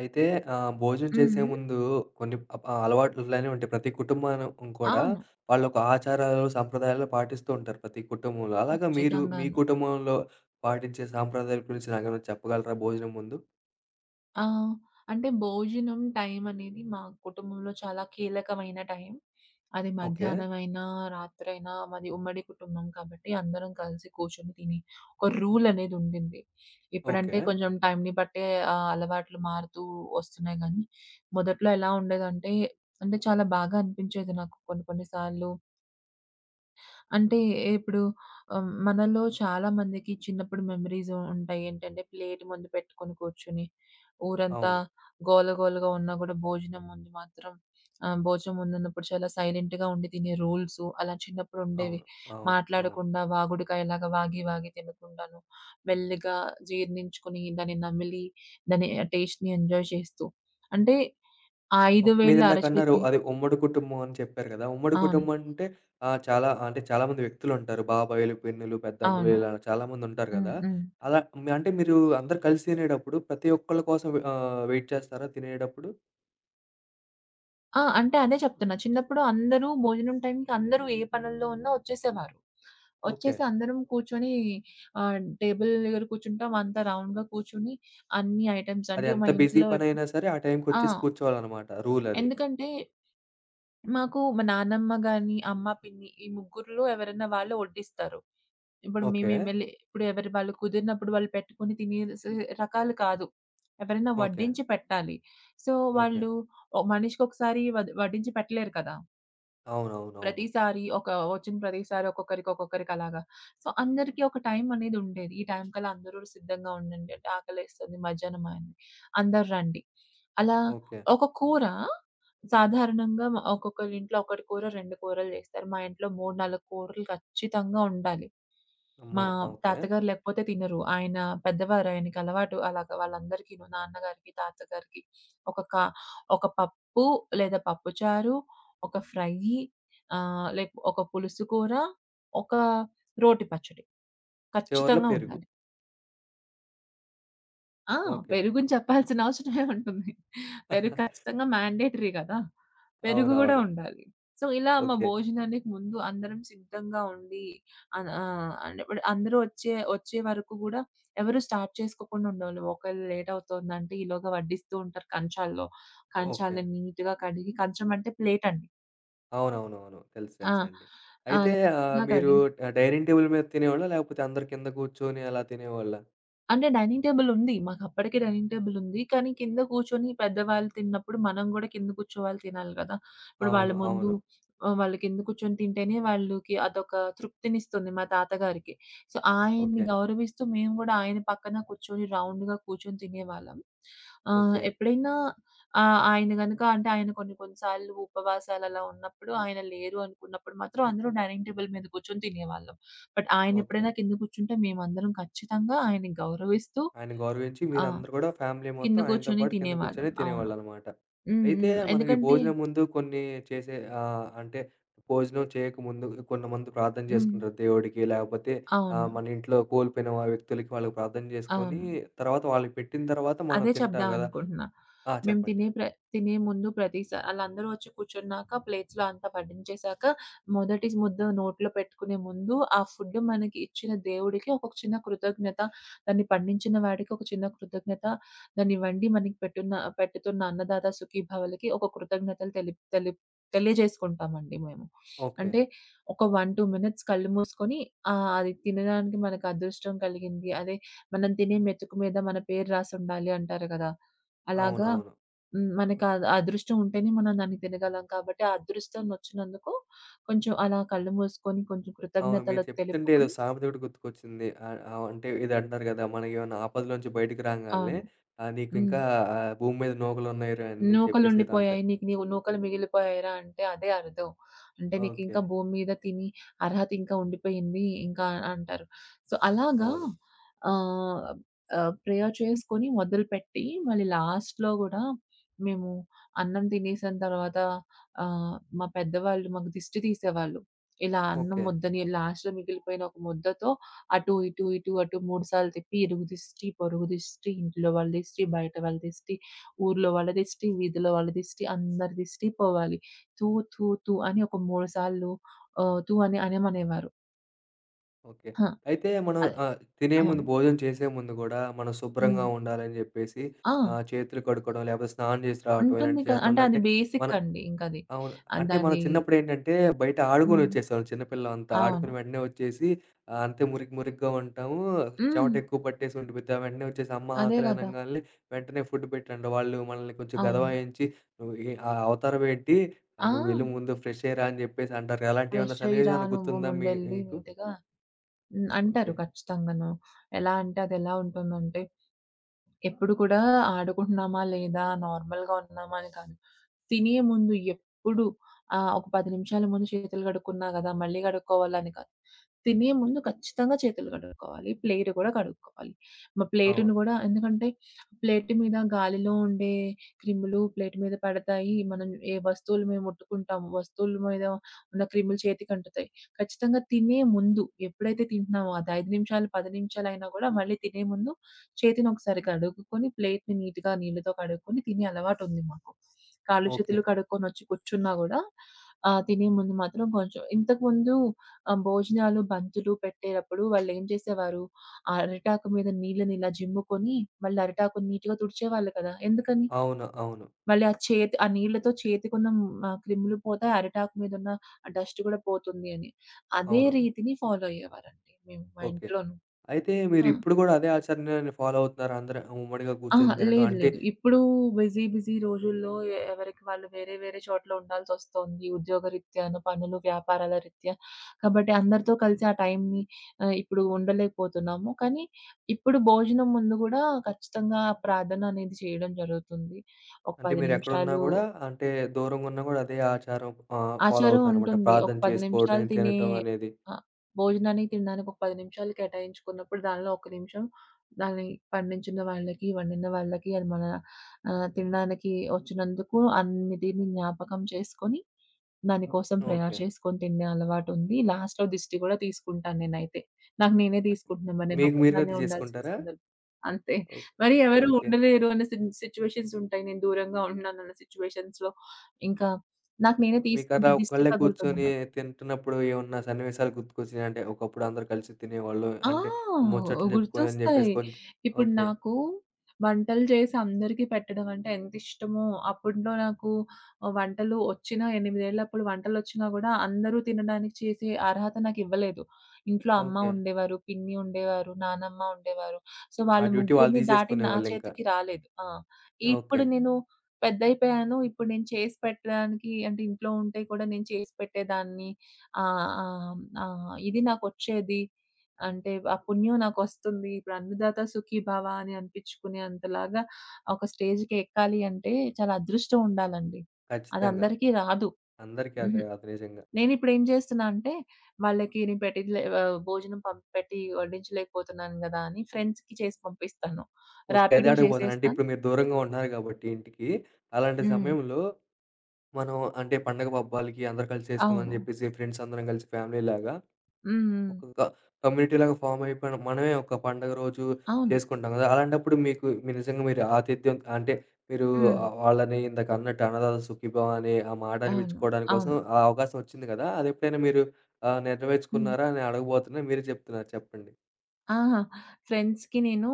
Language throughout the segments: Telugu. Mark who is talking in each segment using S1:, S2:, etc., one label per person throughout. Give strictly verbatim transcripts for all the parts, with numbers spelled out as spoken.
S1: అయితే ఆహ్, భోజనం చేసే
S2: హ్మ్.
S1: ముందు కొన్ని అప్ అలవాట్లనే ఉంటాయి. ప్రతి కుటుంబం కూడా
S2: అవును.
S1: వాళ్ళొక ఆచారాలు, సంప్రదాయాలు పాటిస్తూ ఉంటారు ప్రతి కుటుంబంలో. అలాగా మీరు మీ
S2: ఖచ్చితంగాను.
S1: కుటుంబంలో పాటించే సాంప్రదాయాల గురించి నాకేమైనా చెప్పగలరా భోజనం ముందు?
S2: ఆ! అంటే భోజనం టైం అనేది మా కుటుంబంలో చాలా కీలకమైన టైం. అది
S1: ఓకే.
S2: మధ్యాహ్నమైనా, రాత్రైనా మాది ఉమ్మడి కుటుంబం కాబట్టి అందరం కలిసి కూర్చొని తిని ఒక రూల్ అనేది ఉండింది.
S1: ఓకే.
S2: ఇప్పుడంటే కొంచెం టైంని బట్టే ఆహ్, అలవాట్లు మారుతూ వస్తున్నాయి గానీ, మొదట్లో ఎలా ఉండేదంటే, అంటే చాలా బాగా అనిపించేది నాకు కొన్ని కొన్ని సార్లు. అంటే ఇప్పుడు ఆహ్, మనలో చాలా మందికి చిన్నప్పుడు మెమోరీస్ ఉంటాయి. ఏంటంటే ప్లేట్ ముందు పెట్టుకొని కూర్చొని, ఊరంతా
S1: అవును.
S2: గోల గోలగా ఉన్నా గూడా భోజనం ముందు మాత్రం ఆహ్, భోజనం ముందున్నప్పుడు చాలా సైలెంట్‌గా ఉండి తినే రూల్సు అలా చిన్నప్పుడు ఉండేవి.
S1: అవును. అవును. అవును.
S2: మాట్లాడకుండా వాగుడుకాయలాగా వాగి వాగి తినకుండాను, మెల్లిగా జీర్ణించుకొని దాన్ని నమిలి దాని ఆ టేస్ట్‌ని ఎంజాయ్ చేస్తూ. అంటే ఆ ఐదు
S1: ఓకే.
S2: వేళ్ళు
S1: మీరిందాకన్నారు
S2: అరచేతి.
S1: అది ఉమ్మడి కుటుంబం అని చెప్పారు గదా! ఉమ్మడి
S2: అవును.
S1: కుటుంబం అంటే ఆహ్, చాలా అంటే చాలామంది వ్యక్తులుంటారు. బాబాయిలు, పిన్నులు, పెద్దమ్మలు
S2: అవును.
S1: ఇలా చాలామందుంటారు
S2: హ్మ్.
S1: గదా!
S2: హ్మ్.
S1: అలా మీ అంటే మీరు అందరూ కలిసి తినేటప్పుడు ప్రతి ఒక్కళ్ళ కోసం ఆహ్, వెయిట్ చేస్తారా తినేటప్పుడు?
S2: ఆ! అంటే అదే చెప్తున్నా. చిన్నప్పుడు అందరూ భోజనం టైంకి అందరూ ఏ పనుల్లో ఉన్నా వచ్చేసేవారు.
S1: ఓకే.
S2: వచ్చేసి అందరం కూర్చొని ఆహ్, టేబుల్ దగ్గర కూర్చుంటాం. అంతా రౌండ్‌గా కూర్చొని అన్ని ఐటెమ్స్
S1: అది
S2: అంటే మా
S1: ఎంత బిజీ
S2: ఇంట్లో ఎప్.
S1: పనైనా సరే ఆ
S2: ఆ!
S1: టైంకొచ్చేసి కూర్చోవాలనమాట రూలది.
S2: ఎందుకంటే మాకు మా నానమ్మ గాని, అమ్మ, పిన్ని ఈ ముగ్గురిలో ఎవరైనా వాళ్ళు వడ్డిస్తారు. ఇప్పుడు
S1: ఓకే.
S2: మేమేం వెళ్లి ఇప్పుడు ఎవరి వాళ్ళు కుదిరినప్పుడు వాళ్ళు పెట్టుకొని తినేసే రకాలు కాదు. ఎవరైనా
S1: ఓకే.
S2: వడ్డించి పెట్టాలి. So,
S1: okay.
S2: వాళ్ళు ఓ మనిషికొకసారి వడ్ వడ్డించి పెట్టలేరు కదా!
S1: అవునవునవును.
S2: ప్రతిసారి ఒక వచ్చిన ప్రతిసారి ఒక్కొక్కరికి, ఒక్కొక్కరికి అలాగా. సో, అందరికీ ఒక టైం అనేది ఉండేది. ఈ టైం కల్లా అందరూ సిద్ధంగా ఉండండి అంటే ఆకలేస్తుంది మధ్యాహ్నం అయింది. అందరూ రండి. అలా
S1: ఓకే.
S2: ఒక కూర సాధారణంగా ఒక్కొక్కళ్ళ ఇంట్లో ఒకటి కూర, రెండు కూరలు చేస్తారు. మా ఇంట్లో మూడు, నాలుగు కూరలు ఖచ్చితంగా ఉండాలి.
S1: అమ్మో!
S2: మా
S1: ఓకే.
S2: తాతగారు లేకపోతే తినరు. ఆయన పెద్దవారు. ఆయనకలవాటు అలాగా వాళ్ళందరికీను. నాన్నగారికి, తాతగారికి ఒక కా ఒక పప్పు లేదా పప్పుచారు, ఒక ఫ్రయ్యి ఆహ్, లేక్ ఒక పులుసు కూర, ఒక రోటి పచ్చడి
S1: చివర్లో
S2: ఖచ్చితంగా
S1: పెరుగు.
S2: ఉండాలి. ఆ!
S1: ఓకే.
S2: పెరుగుని చెప్పాల్సిన అవసరమే ఉంటుంది. పెరుగు ఖచ్చితంగా మ్యాండేటరీ కదా! పెరుగు గూడా
S1: అవునవును.
S2: ఉండాలి. సో, ఇలా మా
S1: ఓకే.
S2: భోజనానికి ముందు అందరం సిద్ధంగా ఉండి అన్ ఆహ్, అంటే ఇప్పుడు అందరూ వచ్చే వచ్చే వరకు గూడా ఎవరు స్టార్ట్ చేసుకోకుండా ఉండేవాళ్ళు. ఒకవేళ లేట్ అవుతోందంటే ఈలోగా వడ్డిస్తూ ఉంటారు కంచాల్లో.
S1: ఓకే.
S2: కంచాలని నీట్‌గా కడిగి కంచం అంటే ప్లేట్ అండి.
S1: అవునవునవును. తెలుసు.
S2: ఆ!
S1: తెలుసండి. అయితే
S2: అలా
S1: ఆహ్,
S2: నీట్‌గా
S1: మీరు
S2: కడిగి
S1: ఆహ్, డైనింగ్ టేబుల్ మీద తినేవాళ్ళా? లేకపోతే అందరు కింద కూర్చొని అలా తినేవాళ్ళా?
S2: అంటే డైనింగ్ టేబుల్ ఉంది. మాకప్పటికే డైనింగ్ టేబుల్ ఉంది. కానీ కింద కూర్చొని పెద్దవాళ్ళు తిన్నప్పుడు మనం గూడా కింద కూర్చోవాలి తినాలి గదా! ఇప్పుడు
S1: అవును.
S2: వాళ్ళ ముందు
S1: అవును.
S2: ఆహ్, వాళ్ళు కింద కూర్చొని తింటేనే వాళ్ళకి అదొక తృప్తినిస్తుంది మా తాతగారికి. సో, ఆయన్ని
S1: ఓకే.
S2: గౌరవిస్తూ మేము గూడా ఆయన పక్కన కూర్చొని రౌండ్‌గా కూర్చొని తినేవాళ్ళం. ఆహ్,
S1: ఓకే.
S2: ఎప్పుడైనా ఆహ్, ఆయన గనుక అంటే ఆయన కొన్ని కొన్ని సార్లు ఉపవాసాలు అలా ఉన్నప్పుడు ఆయన లేరు అనుకున్నప్పుడు మాత్రం అందరూ డైనింగ్ టేబుల్ మీద కూర్చొని తినేవాళ్ళం. But
S1: okay.
S2: ఆయనెప్పుడైనా కింద కూర్చుంటే మేమందరం ఖచ్చితంగా ఆయన్ని గౌరవిస్తూ
S1: ఆయన గౌరవించి
S2: ఆ!
S1: మీరందరూ కూడా ఫ్యామిలీ మొత్తం
S2: కింద
S1: ఆయనతో
S2: కూర్చొని
S1: పాటు కింద
S2: తినేవాళ్ళం.
S1: కూర్చొని
S2: అవును.
S1: తినేవాళ్ళనమాట.
S2: హ్మ్.
S1: అయితే
S2: హ్మ్.
S1: మనకి
S2: ఎందుకంటే
S1: భోజనం ముందు కొన్ని చేసే ఆహ్, అంటే భోజనం చేయకముందు కొంతమంది ప్రార్థన
S2: హ్మ్.
S1: చేసుకుంటారు దేవుడికి. లేకపోతే ఆహ్,
S2: అవును.
S1: మన ఇంట్లో కోల్పోయిన వా వ్యక్తులకి వాళ్ళకి ప్రార్థన చేసుకొని
S2: అవును.
S1: తర్వాత వాళ్ళకి పెట్టిన తర్వాత మనం
S2: అదే
S1: తింటాం గదా!
S2: చెప్దామనుకుంటున్నా.
S1: ఆ!
S2: మేము
S1: చెప్పండి.
S2: తినే ప్ర తినే ముందు ప్రతిసా ఆళ్ళందరూ వచ్చి కూర్చున్నాక ప్లేట్స్‌లో అంతా వడ్డించేసాక మొదటి ముద్ద నోట్లో పెట్టుకునే ముందు ఆ ఫుడ్ మనకి ఇచ్చిన దేవుడికి ఒక చిన్న కృతజ్ఞత, దాన్ని పండించిన వాడికి ఒక చిన్న కృతజ్ఞత, దాన్ని వండి మనకి పెట్టున్న పెట్టుతున్న అన్నదాత సుఖీభవలకి ఒక కృతజ్ఞతలు తెలి తెలి తెలియజేసుకుంటామండి మేము.
S1: ఓకే.
S2: అంటే ఒక ఒకటి, రెండు మినిట్స్ కళ్ళు మూసుకొని ఆహ్, అది తినడానికి మనకు అదృష్టం కలిగింది. అదే మనం తినే మెతుకు మీద మన పేరు రాసుండాలి అంటారు కదా! అలాగా
S1: అవునవును.
S2: హ్మ్. మనకు ఆ ఆ అదృష్టం ఉంటేనే మనం దాన్ని తినగలం కాబట్టి, ఆ అదృష్టం వచ్చినందుకు కొంచెం అలా కళ్ళు మూసుకొని కొంచెం
S1: అవును. మీరు
S2: కృతజ్ఞతలు
S1: చెప్తుంటే ఏదో
S2: తెలుపుకొని.
S1: సామెత ఒకటి గుర్తుకొచ్చింది. ఆహ్, ఆహ్, అంటే ఇది అంటారు గదా! మనకేమన్నా ఆపదలోంచి బయటికి రాంగాల్నే
S2: అవును.
S1: ఆహ్,
S2: హ్మ్.
S1: నీకింకా ఆహ్, భూమి మీద నూకలున్నాయిరా అని చెప్పేసి ఏదో
S2: నూకలుండిపోయాయి.
S1: అంటారు.
S2: నీకు నీవు నూకలు మిగిలిపోయాయిరా అంటే అదే అర్థం. అంటే
S1: ఓకే.
S2: నీకింకా భూమి మీద తిని అర్హత ఇంకా ఉండిపోయింది ఇంకా అంటారు. సో, అలాగా
S1: అవును.
S2: ఆహ్, ఆహ్, ప్రేయర్ చేసుకొని మొదలుపెట్టి మళ్ళీ లాస్ట్‌లో గూడా మేము అన్నం తినేసిన తర్వాత ఆహ్, మా పెద్దవాళ్ళు మాకు దిష్టి తీసేవాళ్ళు. ఇలా అన్నం
S1: ఓకే.
S2: ముద్దని లాస్ట్‌లో మిగిలిపోయిన ఒక ముద్దతో అటు, ఇటు, ఇటు, అటు మూడు సార్లు తిప్పి ఇరుగు దిష్టి, పొరుగు దిష్టి, ఇంట్లో వాళ్ళ దిష్టి, బయట వాళ్ళ దిష్టి ఊర్లో వాళ్ళ దిష్టి, వీధిలో వాళ్ళ దిష్టి, అందరి దిష్టి పోవాలి. తూ, తూ, తూ అని ఒక మూడు సార్లు ఆహ్, తూ అని అనేమనేవారు.
S1: ఓకే.
S2: ఆ!
S1: అయితే మనం
S2: అదే.
S1: ఆహ్, తినే ముందు
S2: అవును.
S1: భోజనం చేసే ముందు గూడా మనం శుభ్రంగా
S2: హ్మ్.
S1: ఉండాలని జెప్పేసి
S2: ఆ!
S1: ఆహ్, చేతులు కడుక్కోవడం లేకపోతే స్నానం జేసి రావటం
S2: ఉంటుంది
S1: ఇలాంటివి
S2: క అంటే
S1: చేస్తుండం అంటే
S2: అది
S1: మన
S2: బేసిక్ అండి ఇంకది.
S1: అవును.
S2: ఆహ్,
S1: అంటే మనం
S2: దాని
S1: చిన్నప్పుడేంటంటే బయట
S2: హ్మ్.
S1: ఆడుకొనొచ్చేసేవాళ్ళం. చిన్న పిల్లలంతా
S2: అవును.
S1: ఆడుకొని వెంటనే వచ్చేసి ఆహ్, అంతే మురికి మురికిగా ఉంటాము.
S2: హ్మ్.
S1: చెమట ఎక్కువ పట్టేసి ఉండిపోద్ది. ఆ వెంటనే వచ్చేసి అమ్మ
S2: అదే
S1: ఆకలి
S2: గదా!
S1: అనంగాల్నే వెంటనే ఫుడ్ పెట్టండి. వాళ్ళు మనల్ని కొంచెం
S2: అవును.
S1: గదవాయించి నువ్వు ఏ ఆ అవతారం ఏంటి? ఆహ్,
S2: ఆ!
S1: నువ్వెళ్ళి ముందు ఫ్రెష్ అయ్యిరా అని చెప్పేసి అంటారు.
S2: ఫ్రెష్
S1: అలాంటివేమన్నా సన్నివేశం
S2: అయ్యిరా
S1: ఏమన్నా
S2: నువ్వు
S1: గుర్తుందా మీ
S2: ముందెళ్లి
S1: మీకు?
S2: నీట్‌గా హ్మ్.
S1: ఓకే.
S2: అంటారు ఖచ్చితంగాను. ఎలా అంటే అదెలా ఉంటుందంటే ఎప్పుడు కూడా ఆడుకుంటున్నామా లేదా, నార్మల్‌గా ఉన్నామా అని కాదు. తినే ముందు ఎప్పుడు ఆహ్, ఒక పది నిమిషాల ముందు చేతులు కడుక్కున్నా గదా! మళ్ళీ కడుక్కోవాలని కాదు. తినే ముందు ఖచ్చితంగా చేతులు కడుక్కోవాలి. ప్లేట్ గూడా కడుక్కోవాలి. మా ప్లేటుని
S1: అవును.
S2: గూడా ఎందుకంటే ప్లేట్ మీద గాలిలో ఉండే క్రిములు ప్లేట్ మీద పడతాయి. మనం ఏ వస్తువులు మేము ముట్టుకుంటాము, వస్తువుల మీద ఉన్న క్రిములు చేతికి అంటుతాయి. ఖచ్చితంగా తినే ముందు ఎప్పుడైతే తింటున్నామో అది ఐదు నిమిషాలు, పది నిమిషాలైనా గూడా మళ్ళీ తినే ముందు చేతిని ఒకసారి కడుక్కొని ప్లేట్‌ని నీట్‌గా నీళ్లతో కడుక్కొని తినే అలవాటుంది మాకు. కాళ్ళు,
S1: ఓకే.
S2: చేతులు కడుక్కొనొచ్చి కూర్చున్నా గూడా ఆహ్, తినే ముందు మాత్రం కొంచెం ఇంతకుముందు ఆహ్, భోజనాలు, బంతులు పెట్టేటప్పుడు వాళ్ళేం చేసేవారు, ఆ అరిటాకు మీద నీళ్ళని ఇలా జిమ్ముకొని మళ్ళీ అరిటాకుని నీట్‌గా తుడిచేవాళ్ళు కదా! ఎందుకని?
S1: అవును. అవును.
S2: మళ్ళీ ఆ చేతి ఆ నీళ్ళతో చేతికున్న ఆహ్, క్రిములు పోతాయి. అరిటాకు మీదున్న ఆ డస్ట్ గూడా పోతుంది అని. అదే
S1: అవును.
S2: రీతిని ఫాలో అయ్యేవారండి మేము మా
S1: ఓకే.
S2: ఇంట్లోను.
S1: అయితే
S2: ఆ!
S1: మీరిప్పుడు గూడా అదే ఆచరణని ఫాలో అవుతున్నారా? అందరూ ఉమ్మడిగా
S2: అహా!
S1: కూర్చొని తినడం.
S2: లేదు
S1: అంటే
S2: లేదు. ఇప్పుడు బిజీ బిజీ రోజుల్లో ఎ ఎవరికి వాళ్ళు వేరే వేరే చోట్ల ఉండాల్సొస్తోంది. ఉద్యోగరీత్యాను, పనులు, వ్యాపారాల రీత్యా. కాబట్టి అందరితో కలిసి ఆ టైంని ఆహ్, ఇప్పుడు ఉండలేకపోతున్నాము. కానీ ఇప్పుడు భోజనం ముందు గూడా ఖచ్చితంగా ప్రార్థన అనేది చేయడం జరుగుతుంది. ఒక
S1: అంటే
S2: పది
S1: మీరెక్కడున్నా
S2: నిమిషాలు
S1: గూడా అంటే దూరంగున్నా గూడా అదే ఆచారం ఆహ్,
S2: ఆ
S1: ఫాలో
S2: చెరువు
S1: అవుతారనమాట.
S2: ఉంటుంది. ఒక
S1: ప్రార్థన
S2: పది నిమిషాలు
S1: చేసుకోవడం,
S2: తినే
S1: తినటం అనేది.
S2: ఆహ్, భోజనానికి తినడానికి ఒక పది నిమిషాలు కేటాయించుకున్నప్పుడు దానిలో ఒక నిమిషం దాన్ని పండించిన వాళ్ళకి, వండిన వాళ్ళకి, అది మన ఆహ్, తినడానికి వచ్చినందుకు అన్నిటిని జ్ఞాపకం చేసుకొని, దాని కోసం ప్రేయర్
S1: ఓకే.
S2: చేసుకొని తినే అలవాటుంది. లాస్ట్‌లో దిష్టి గూడా తీసుకుంటాను నేనైతే. నాకు నేనే తీసుకుంటున్నా మరి నేను
S1: మీకు మీరుగా
S2: ఒక్కదాన్నే
S1: అది
S2: ఉండాల్సిన
S1: చేసుకుంటారా?
S2: సందర్భం. అంతే.
S1: ఓ
S2: మరి ఎవరు
S1: ఓకే.
S2: ఉండలేరు అన్న సి సిట్యుయేషన్స్ ఉంటాయి. నేను దూరంగా ఉంటున్నానన్న సిట్యుయేషన్స్‌లో ఇంకా నాకు నేనే
S1: మీకలా
S2: తీసుకుంటా దిష్టి
S1: ఒక్కళ్ళే కూర్చొని
S2: తగులుతుందన్న.
S1: తింటున్నప్పుడు ఏమన్నా సన్నివేశాలు గుర్తుకొచ్చినాయా? అంటే ఒకప్పుడు అందరూ కలిసి తినేవాళ్ళు. అంటే
S2: ఆ!
S1: ముచ్చట్లు చెప్పుకుని అని చెప్పేసి
S2: గుర్తొస్తాయి.
S1: కొంచెం
S2: ఇప్పుడు
S1: ఓకే.
S2: నాకు వంటలు చేసి అందరికీ పెట్టడం అంటే ఎంతిష్టమో, అప్పట్లో నాకు ఆహ్, వంటలు వచ్చినా ఎనిమిది ఏళ్ళప్పుడు వంటలొచ్చినా గూడా అందరూ తినడానికి చేసే అర్హత నాకివ్వలేదు. ఇంట్లో అమ్మ
S1: ఓకే.
S2: ఉండేవారు, పిన్ని ఉండేవారు, నానమ్మ ఉండేవారు. సో,
S1: ఆ
S2: వాళ్ళ
S1: డ్యూటీ వాళ్ళు
S2: ముగ్గురిని దాటి నా
S1: తీసేసుకునేవాళ్ళింకా.
S2: చేతికి రాలేదు. ఆ!
S1: ఓకే.
S2: ఇప్పుడు నేను పెద్దయిపోయాను. ఇప్పుడు నేను చేసి పెట్టడానికి అంటే ఇంట్లో ఉంటే కూడా నేను చేసి పెట్టేదాన్ని. ఆహ్, ఆహ్, ఆహ్, ఇది నాకొచ్చేది. అంటే ఆ పుణ్యం నాకొస్తుంది. ఇప్పుడు అన్నదాత సుఖీభవ అని అనిపించుకునే అంతలాగా ఒక స్టేజ్‌కి ఎక్కాలి అంటే చాలా అదృష్టం ఉండాలండి.
S1: ఖచ్చితంగా.
S2: అదందరికీ రాదు.
S1: అందరికీ
S2: హుహు.
S1: అదే అది నిజంగా.
S2: నేనిప్పుడేం చేస్తున్నా అంటే వాళ్ళకి నేను పెట్టిలే ఆహ్, భోజనం పంపి పెట్టి వడ్డించలేకపోతున్నాను గదా! అని ఫ్రెండ్స్‌కి చేసి పంపిస్తాను.
S1: ఓకే. అదే
S2: రాపిడో
S1: అడగబోతున్నా. అంటే
S2: చేసేస్తాను.
S1: ఇప్పుడు మీరు దూరంగా ఉంటున్నారు గాబట్టి ఇంటికి, అలాంటి
S2: హ్మ్.
S1: సమయంలో మనం అంటే పండగ పబ్బాలకి అందరూ కలిసి చేసుకుందాం అని
S2: అవును.
S1: జెప్పేసి ఫ్రెండ్స్ అందరం కలిసి ఫ్యామిలీలాగా
S2: హ్మ్. హ్మ్.
S1: ఒక క కమ్యూనిటీలాగా ఫార్మ్ అయిపోయిన మనమే ఒక పండగ రోజు
S2: అవును.
S1: చేసుకుంటాం గదా! అలాంటప్పుడు మీకు మీ నిజంగా మీరు ఆతిథ్యం అంటే మీరు
S2: హ్మ్.
S1: ఆహ్, వాళ్ళని ఇందాక అన్నట్టు అన్నదాత సుఖీభవ అనే ఆ మాట
S2: అవును.
S1: అనిపించుకోవడాని కోసం
S2: అవును.
S1: ఆ అవకాశం వచ్చింది గదా! అదెప్పుడైనా మీరు ఆహ్,
S2: హ్మ్.
S1: నెరవేర్చుకున్నారా అని అడగబోతున్నా మీరే చెప్తున్నారు చెప్పండి?
S2: ఆ! ఫ్రెండ్స్‌కి నేను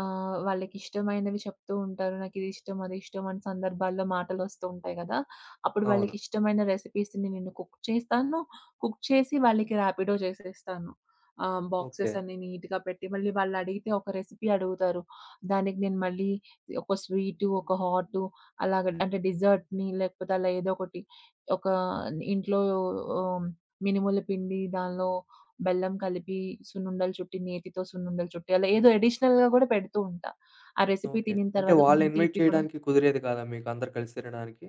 S2: ఆహ్, వాళ్ళకిష్టమైనవి చెప్తూ ఉంటారు. నాకిది ఇష్టం, అది ఇష్టం అని సందర్భాల్లో మాటలొస్తూ ఉంటాయి గదా! అప్పుడు
S1: అవును.
S2: వాళ్ళకిష్టమైన రెసిపీస్‌ని నేను కుక్ చేస్తాను. కుక్ చేసి వాళ్ళకి రాపిడో చేసేస్తాను. ఆహ్,
S1: ఓకే.
S2: బాక్సెస్ అన్నీ నీట్‌గా పెట్టి మళ్ళీ వాళ్ళడిగితే ఒక రెసిపీ అడుగుతారు. దానికి నేను మళ్ళీ ఒక స్వీటు, ఒక హాటు అలాగ అంటే డిజర్ట్‌ని లేకపోతే అలా ఏదో ఒకటి ఒక ఇంట్లో ఆహ్, మినుముల పిండి దానిలో బెల్లం కలిపి సున్నుండలు చుట్టి, నేతితో సున్నుండలు చుట్టి, అలా ఏదో అడిషనల్‌గా గూడా పెడుతూ ఉంటా. ఆ రెసిపీ
S1: ఓకే.
S2: తినిన
S1: అంటే
S2: తర్వాత
S1: వాళ్ళని
S2: కొంచెం
S1: ఇన్వైట్
S2: తీపి కూడా.
S1: చేయడానికి కుదిరేది కాదా మీకు అందరూ కలిసి తినడానికి?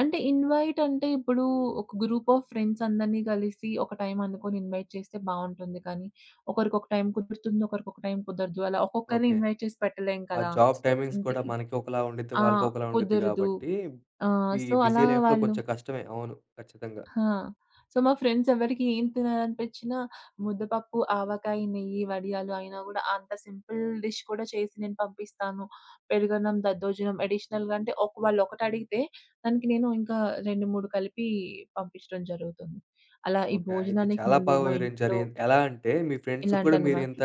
S2: అంటే ఇన్వైట్ అంటే ఇప్పుడు ఒక గ్రూప్ ఆఫ్ ఫ్రెండ్స్ అందరిని కలిసి ఒక టైం అనుకోని ఇన్వైట్ చేస్తే బావుంటుంది. కానీ ఒకరికి ఒక టైం కుదురుతుంది. ఒకరికి ఒక టైం కుదరదు. అలా ఒక్కొక్కరిని
S1: ఓకే.
S2: ఇన్వైట్ చేసి పెట్టలేం
S1: ఆ
S2: కదా!
S1: జాబ్ టైమింగ్స్ కూడా
S2: ఇంటికి.
S1: మనకి ఒకలా ఉండిద్ది,
S2: ఆ!
S1: వాళ్ళకి ఒకలా ఉండిద్ది
S2: కుదరదు.
S1: గాబట్టి,
S2: ఆ!
S1: ఈ
S2: సో,
S1: బిజీ
S2: అలా
S1: లైఫ్‌లో
S2: వాళ్ళు
S1: కొంచెం కష్టమే. అవును. ఖచ్చితంగా.
S2: ఆ! సో, మా ఫ్రెండ్స్ ఎవరికి ఏం తినాలనిపించినా ముద్దపప్పు, ఆవకాయ, నెయ్యి, వడియాలు అయినా గూడా అంత సింపుల్ డిష్ కూడా చేసి నేను పంపిస్తాను. పెరుగన్నం, దద్దోజనం అడిషనల్‌గా అంటే ఒక వాళ్ళొకటి అడిగితే దానికి నేను ఇంకా రెండు, మూడు కలిపి పంపించడం జరుగుతుంది. అలా ఈ
S1: ఓకే. అయితే
S2: భోజనానికి
S1: చాలా
S2: ముందు
S1: బాగా
S2: మా
S1: వివరించారు.
S2: ఇంట్లో
S1: ఎన్ ఎలా అంటే మీ ఫ్రెండ్స్‌కి
S2: ఇలాంటి
S1: కూడా మీరింత
S2: అలవాట్లు.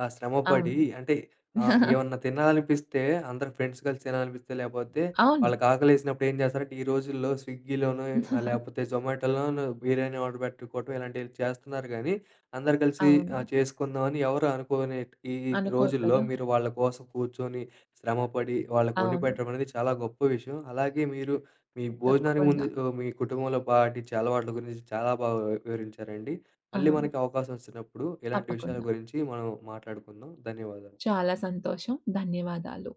S1: ఆహ్, శ్రమపడి
S2: అవును.
S1: అంటే ఆహ్, ఏమన్నా తినాలనిపిస్తే అందరు ఫ్రెండ్స్ కలిసి తినాలనిపిస్తే లేపోతే
S2: అవును.
S1: వాళ్ళకి ఆకలేసినప్పుడు ఏం చేస్తారంటే ఈ రోజుల్లో స్విగ్గీలోనో ఆహ్, లేపోతే జొమాటోలోనో బిర్యానీ ఆర్డర్ పెట్టుకోవటం ఇలాంటివి చేస్తున్నారు గానీ, అందరు కలిసి
S2: అవును.
S1: ఆహ్, చేసుకుందామని ఎవరు అనుకోని ఈ
S2: అనుకోరు
S1: రోజుల్లో
S2: కదా!
S1: మీరు వాళ్ళ కోసం కూర్చొని శ్రమపడి వాళ్ళకి వండి
S2: అవును.
S1: పెట్టడం అనేది చాలా గొప్ప విషయం. అలాగే మీరు మీ భోజనానికి ముందు
S2: తప్పకుండా.
S1: ఆహ్, మీ కుటుంబంలో పాటించే అలవాట్ల గురించి చాలా బాగా వివరించారండి. మళ్ళీ
S2: అవును.
S1: మనకి అవకాశం వచ్చినప్పుడు ఇలాంటి విషయాల
S2: తప్పకుండా.
S1: గురించి మనం మాట్లాడుకుందాం. ధన్యవాదాలు.
S2: చాలా సంతోషం. ధన్యవాదాలు.